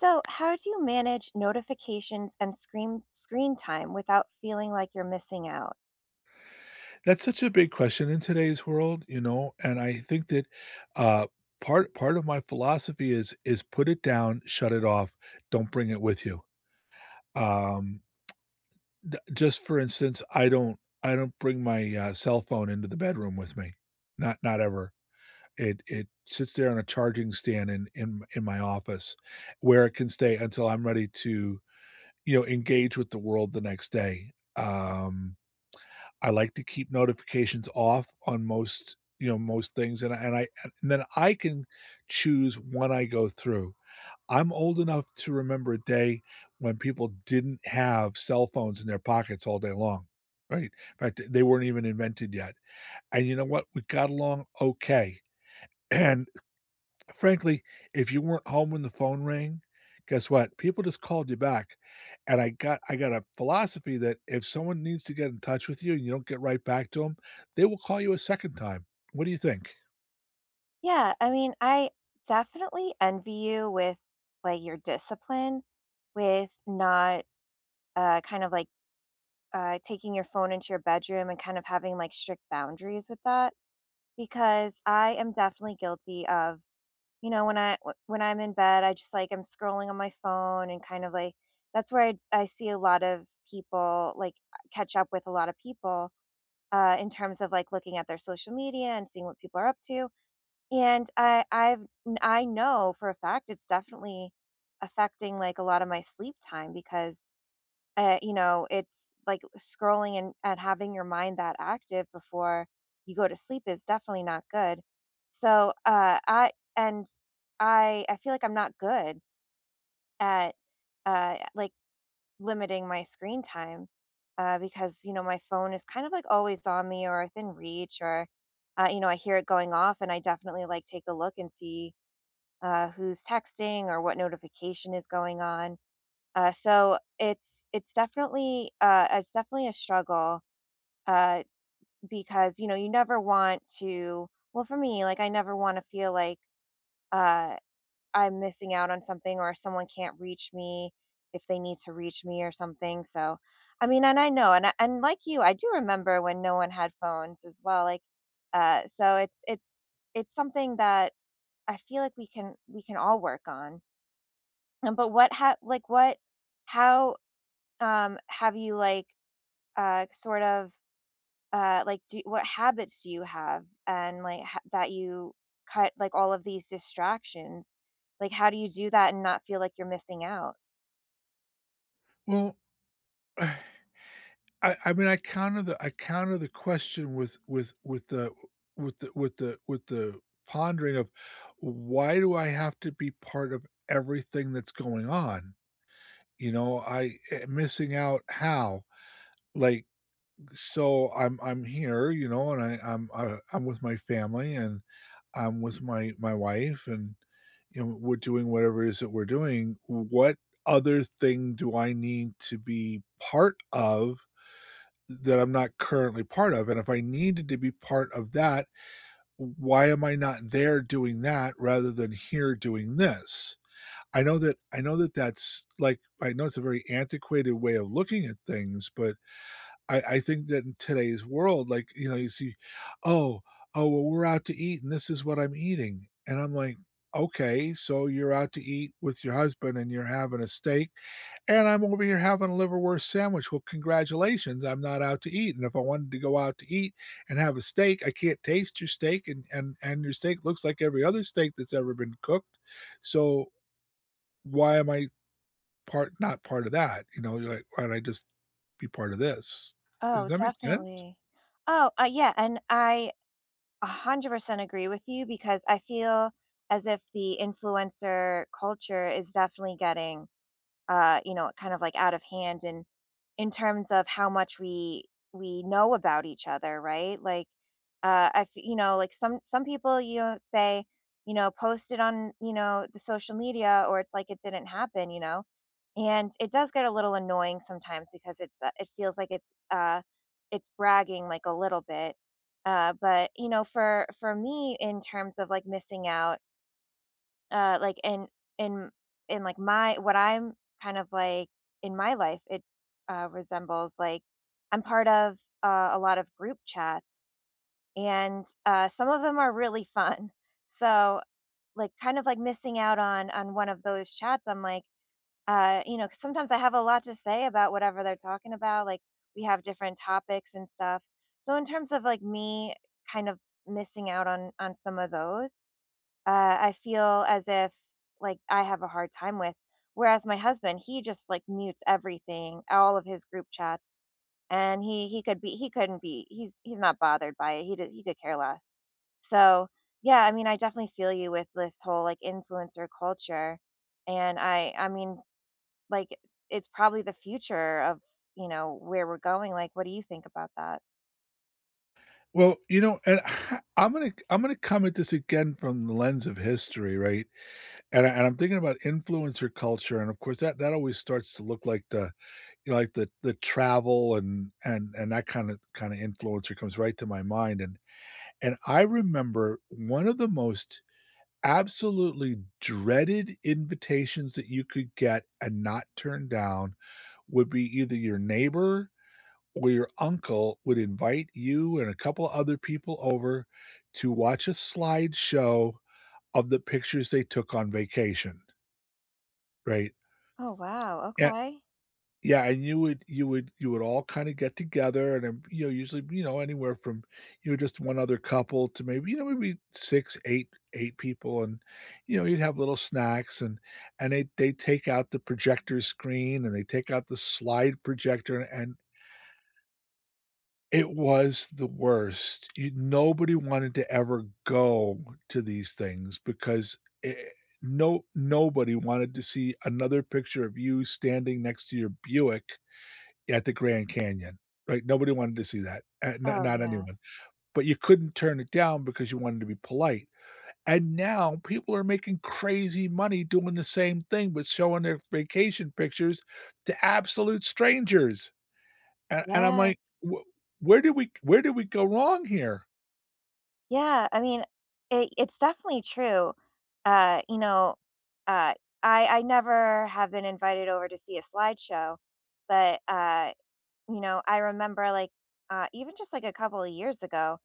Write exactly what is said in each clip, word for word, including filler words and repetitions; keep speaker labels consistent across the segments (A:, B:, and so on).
A: So, how do you manage notifications and screen screen time without feeling like you're missing out?
B: That's such a big question in today's world, you know, and I think that, uh, part part of my philosophy is is put it down, shut it off, don't bring it with you. Um, d Just for instance, I don't I don't bring my, uh, cell phone into the bedroom with me. Not not ever. It it sits there on a charging stand in in in my office where it can stay until I'm ready to, you know, engage with the world the next day. Um, I like to keep notifications off on most, you know, most things, and I and I and then I can choose when I go through. I'm old enough to remember a day when people didn't have cell phones in their pockets all day long, right? In fact, they weren't even invented yet, and you know what? We got along okay, and frankly, if you weren't home when the phone rang, guess what? People just called you back, and I got I got a philosophy that if someone needs to get in touch with you and you don't get right back to them, they will call you a second time. What do you think?
A: Yeah, I mean, I definitely envy you with like your discipline with not uh kind of like uh taking your phone into your bedroom and kind of having like strict boundaries with that because I am definitely guilty of, you know, when I wh- when I'm in bed, I just like I'm scrolling on my phone and kind of like that's where I, I see a lot of people like catch up with a lot of people uh, in terms of like looking at their social media and seeing what people are up to. And I, I've n- I have I know for a fact it's definitely affecting like a lot of my sleep time because uh, you know it's like scrolling and, and having your mind that active before you go to sleep is definitely not good. So uh, I and I I feel like I'm not good at uh, like limiting my screen time uh, because you know my phone is kind of like always on me or within reach or uh, you know I hear it going off and I definitely like take a look and see uh, who's texting or what notification is going on, uh, so it's it's definitely uh, it's definitely a struggle, uh, because you know you never want to, well, for me like I never want to feel like, uh, I'm missing out on something or someone can't reach me if they need to reach me or something. So, I mean, and I know, and I, and like you, I do remember when no one had phones as well. Like, uh, so it's it's it's something that I feel like we can we can all work on. Um, but what ha like what how um have you like uh sort of uh, like, do what habits do you have? And, like, ho that you cut, like, all of these distractions? Like, how do you do that and not feel like you're missing out?
B: Well, I I mean, I counter the I counter the question with with with the with the with the with the pondering of, why do I have to be part of everything that's going on? You know, I eh, missing out how? Like, so I'm I'm here, you know, and I I'm I, I'm with my family and I'm with my my wife and you know we're doing whatever it is that we're doing. What other thing do I need to be part of that I'm not currently part of? And if I needed to be part of that, why am I not there doing that rather than here doing this? I know that I know that that's like, I know it's a very antiquated way of looking at things, but I I think that in today's world, like, you know, you see, "Oh, oh, well, we're out to eat, and this is what I'm eating," and I'm like, "Okay, so you're out to eat with your husband, and you're having a steak, and I'm over here having a liverwurst sandwich. Well, congratulations, I'm not out to eat, and if I wanted to go out to eat and have a steak, I can't taste your steak, and and and your steak looks like every other steak that's ever been cooked, so why am I part not part of that?" You know, you're like, "Why don't I just be part of this?" Does
A: Oh,
B: that make sense?
A: definitely. Oh, uh, yeah, and I one hundred percent agree with you because I feel as if the influencer culture is definitely getting uh, you know, kind of like out of hand and in terms of how much we we know about each other, right? Like uh I f- you know, like some some people you know say, you know, post it on, you know, the social media or it's like it didn't happen, you know. And it does get a little annoying sometimes because it's uh, it feels like it's uh it's bragging like a little bit. Uh but you know, for for me in terms of like missing out, uh, like, in in in, like, my what I'm kind of like in my life, it, uh, resembles, like I'm part of, uh, a lot of group chats, and, uh, some of them are really fun. So, like, kind of like missing out on on one of those chats, I'm like, uh, you know, 'cause sometimes I have a lot to say about whatever they're talking about, like, we have different topics and stuff. So in terms of, like, me kind of missing out on on some of those, uh, I feel as if like I have a hard time with. Whereas my husband, he just like mutes everything, all of his group chats, and he he could be he couldn't be he's he's not bothered by it. He did, he could care less. So yeah, I mean, I definitely feel you with this whole like influencer culture, and I I mean like it's probably the future of you know where we're going. Like, what do you think about that?
B: Well, you know, and I- I'm gonna I'm gonna come at this again from the lens of history, right? And I, and I'm thinking about influencer culture, and of course that that always starts to look like the, you know, like the the travel and and and that kind of kind of influencer comes right to my mind, and and I remember one of the most absolutely dreaded invitations that you could get and not turn down would be either your neighbor where your uncle would invite you and a couple other people over to watch a slideshow of the pictures they took on vacation, right?
A: Oh, wow,
B: Yeah,
A: okay.
B: yeah, and you would you would you would all kinda get together and, um, you know, usually, you know, anywhere from, you know, just one other couple to maybe, you know, maybe six, eight, eight people, and, you know, you'd have little snacks, and and they they take out the projector screen, and they take out the slide projector, and and it was the worst. You Nobody wanted to ever go to these things because, I no, nobody wanted to see another picture of you standing next to your Buick at the Grand Canyon, right? Nobody wanted to see that, uh, not
A: Oh,
B: not
A: yeah,
B: anyone, but you couldn't turn it down because you wanted to be polite, and now people are making crazy money doing the same thing, but showing their vacation pictures to absolute strangers. And, and I'm
A: yeah.
B: like, "Wh- where did we where did we go wrong here?"
A: Yeah, I mean, it it's definitely true. Uh, you know, uh, I I never have been invited over to see a slideshow, but uh, you know, I remember like uh, even just like a couple of years ago,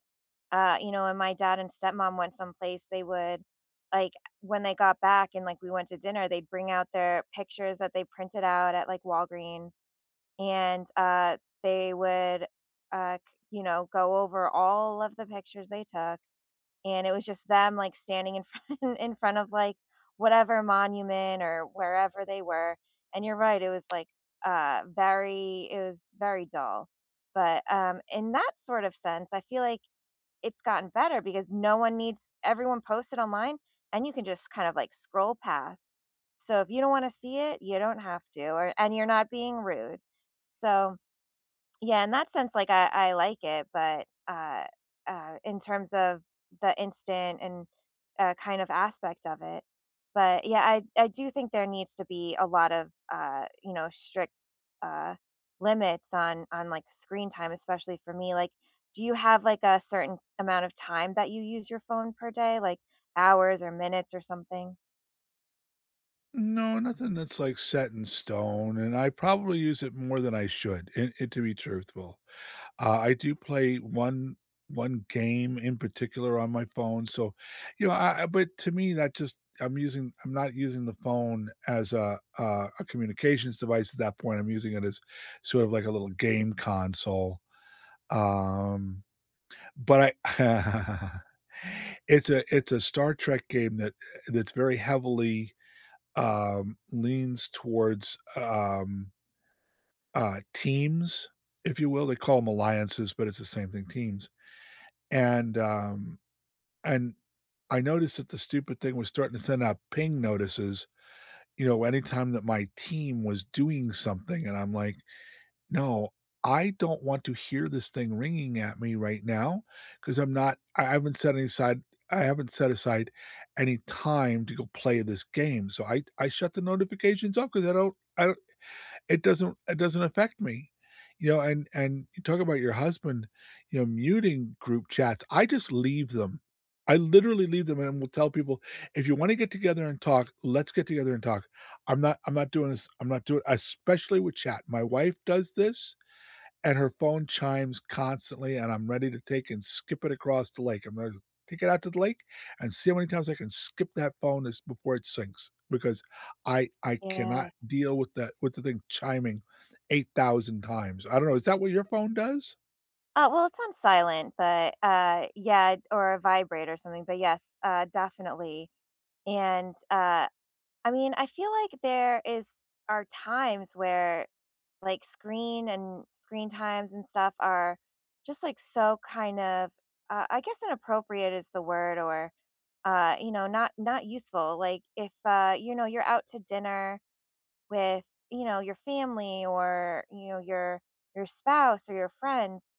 A: uh, you know, when my dad and stepmom went someplace, they would like when they got back and like we went to dinner, they'd bring out their pictures that they printed out at like Walgreens, and uh, they would uh, c- you know, go over all of the pictures they took and it was just them, like, standing in front in front of, like, whatever monument or wherever they were, and you're right, it was, like, uh, very it was very dull, but, um, in that sort of sense, I feel like it's gotten better because no one needs everyone posts it online, and you can just kind of, like, scroll past, so if you don't wanna see it, you don't have to, or and you're not being rude, so yeah, in that sense, like I, I like it, but uh, uh, in terms of the instant and uh, kind of aspect of it, but yeah, I I do think there needs to be a lot of uh, you know strict uh, limits on on like screen time, especially for me. Like, do you have like a certain amount of time that you use your phone per day, like hours or minutes or something?
B: No, nothing that's like set in stone, and I probably use it more than I should. It, it To be truthful, uh, I do play one one game in particular on my phone, so you know. I, I- but to me, that just, I'm using I'm not using the phone as a, a a communications device at that point. I'm using it as sort of like a little game console. Um, But I it's a it's a Star Trek game that that's very heavily, um, leans towards, um, uh, teams, if you will. They call them alliances, but it's the same thing, teams. And, um, and I noticed that the stupid thing was starting to send out ping notices, you know, anytime that my team was doing something, and I'm like, no, I don't want to hear this thing ringing at me right now because I'm not I haven't set any side. I haven't set aside any time to go play this game. So I I shut the notifications off because I don't I don't it doesn't it doesn't affect me. You know, and and you talk about your husband, you know, muting group chats. I just leave them. I literally leave them and will tell people, if you want to get together and talk, let's get together and talk. I'm not I'm not doing this. I'm not doing, especially with chat. My wife does this and her phone chimes constantly, and I'm ready to take and skip it across the lake. I'm gonna take it out to the lake and see how many times I can skip that phone as before it sinks because I I cannot
A: Yes.
B: deal with that, with the thing chiming eight thousand times. I don't know, is that what your phone does?
A: Uh, well, it's on silent, but uh, yeah, or a vibrate or something. But yes, uh, definitely. And, uh, I mean, I feel like there is, are times where, like, screen and screen times and stuff are just, like, so kind of, uh, I guess inappropriate is the word, or, uh, you know, not not useful. Like, if, uh, you know, you're out to dinner with, you know, your family or, you know, your your spouse or your friends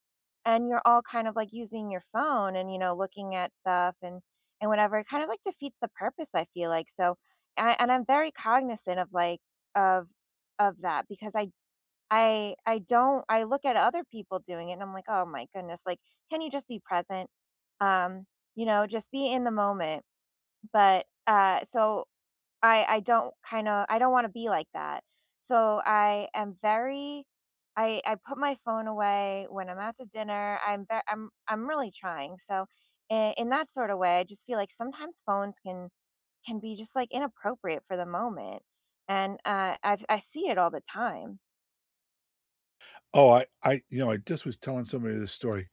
A: and you're all kind of like using your phone and you know looking at stuff and and whatever, it kind of like defeats the purpose I feel like, so I, and I'm very cognizant of like of of that because i i I don't, I look at other people doing it and I'm like, oh my goodness, like, can you just be present, um you know, just be in the moment, but uh so I I don't kinda I don't wanna be like that. So I am very, I I put my phone away when I'm out to dinner. I'm ve I'm I'm really trying. So in, in that sort of way, I just feel like sometimes phones can can be just like inappropriate for the moment. And uh, i I see it all the time.
B: Oh, I I you know, I just was telling somebody this story.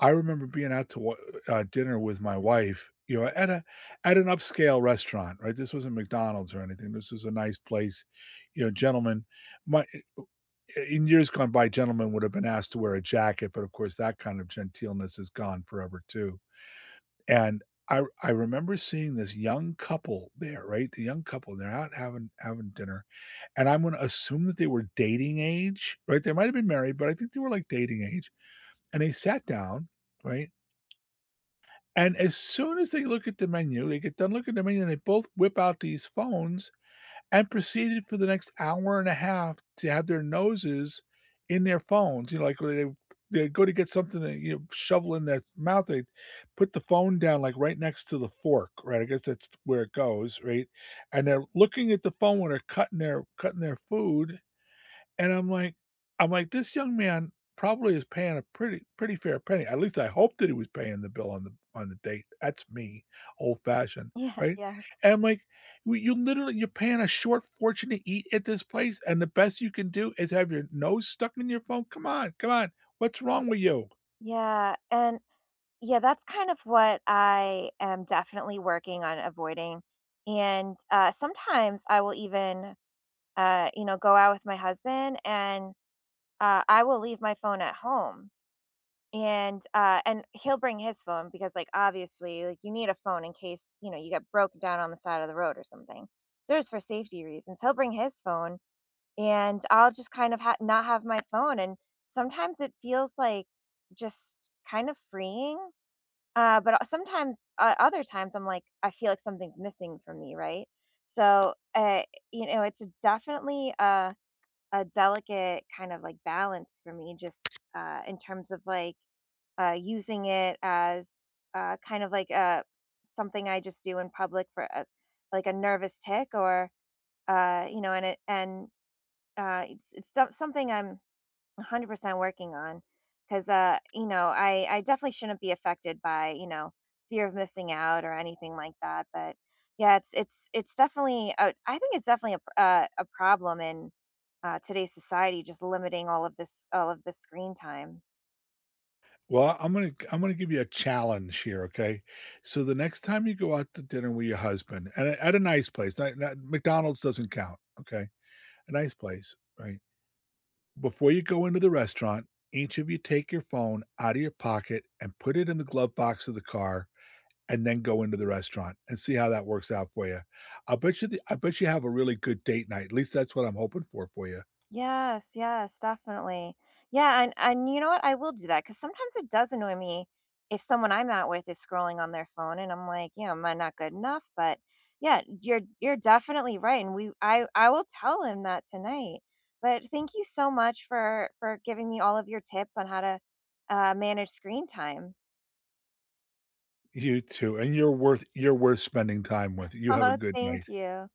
B: I remember being out to wa uh, dinner with my wife, you know, at a at an upscale restaurant, right? This wasn't McDonald's or anything. This was a nice place, you know, gentlemen. My In years gone by, gentlemen would have been asked to wear a jacket, but of course, that kind of genteelness is gone forever too. And I I remember seeing this young couple there, right? The young couple, they're out having having dinner, and I'm going to assume that they were dating age, right? They might have been married, but I think they were like dating age. And they sat down, right? And as soon as they look at the menu, they get done looking at the menu, and they both whip out these phones and proceeded for the next hour and a half to have their noses in their phones. You know, like they they go to get something to, you know, shovel in their mouth, they put the phone down like right next to the fork, right? I guess that's where it goes, right? And they're looking at the phone when they're cutting their cutting their food, and I'm like, I'm like, "This young man probably is paying a pretty pretty fair penny." At least I hope that he was paying the bill on the on the date. That's me, old-fashioned,
A: Yeah.
B: right?
A: Yes.
B: And I'm like, "W You literally, you're paying a short fortune to eat at this place, and the best you can do is have your nose stuck in your phone? Come on, come on. What's wrong with you?"
A: Yeah. And yeah, that's kind of what I am definitely working on avoiding. And uh, sometimes I will even, uh, you know, go out with my husband, and uh, I will leave my phone at home, and uh, and he'll bring his phone because, like, obviously, like you need a phone in case you know you get broken down on the side of the road or something. So just for safety reasons. He'll bring his phone, and I'll just kind of ha- not have my phone. And sometimes it feels like just kind of freeing. Uh, but o- sometimes, uh, other times, I'm like, I feel like something's missing from me, right? So, uh, you know, it's definitely uh, a delicate kind of like balance for me just uh in terms of like uh using it as uh kind of like a something I just do in public for a, like a nervous tick or uh you know, and it and uh it's it's so- something I'm one hundred percent working on because uh you know i I definitely shouldn't be affected by you know fear of missing out or anything like that, but yeah it's it's it's definitely a, I think it's definitely a, pr- uh, a problem in uh, today's society, just limiting all of this all of this screen time.
B: Well, I'm gonna I'm gonna give you a challenge here, okay? So the next time you go out to dinner with your husband and at a nice place, not not McDonald's, doesn't count, okay? A nice place, right? Before you go into the restaurant, each of you take your phone out of your pocket and put it in the glove box of the car and then go into the restaurant and see how that works out for you. I bet you the I bet you have a really good date night. At least that's what I'm hoping for for you.
A: Yes, yes, definitely. Yeah, and and you know what? I will do that because sometimes it does annoy me if someone I'm out with is scrolling on their phone, and I'm like, yeah, am I not good enough? But yeah, you're you're definitely right, and we I I will tell him that tonight. But thank you so much for for giving me all of your tips on how to uh, manage screen time.
B: You too, and you're worth you're worth spending time with. You have a
A: Oh,
B: good night.
A: thank you.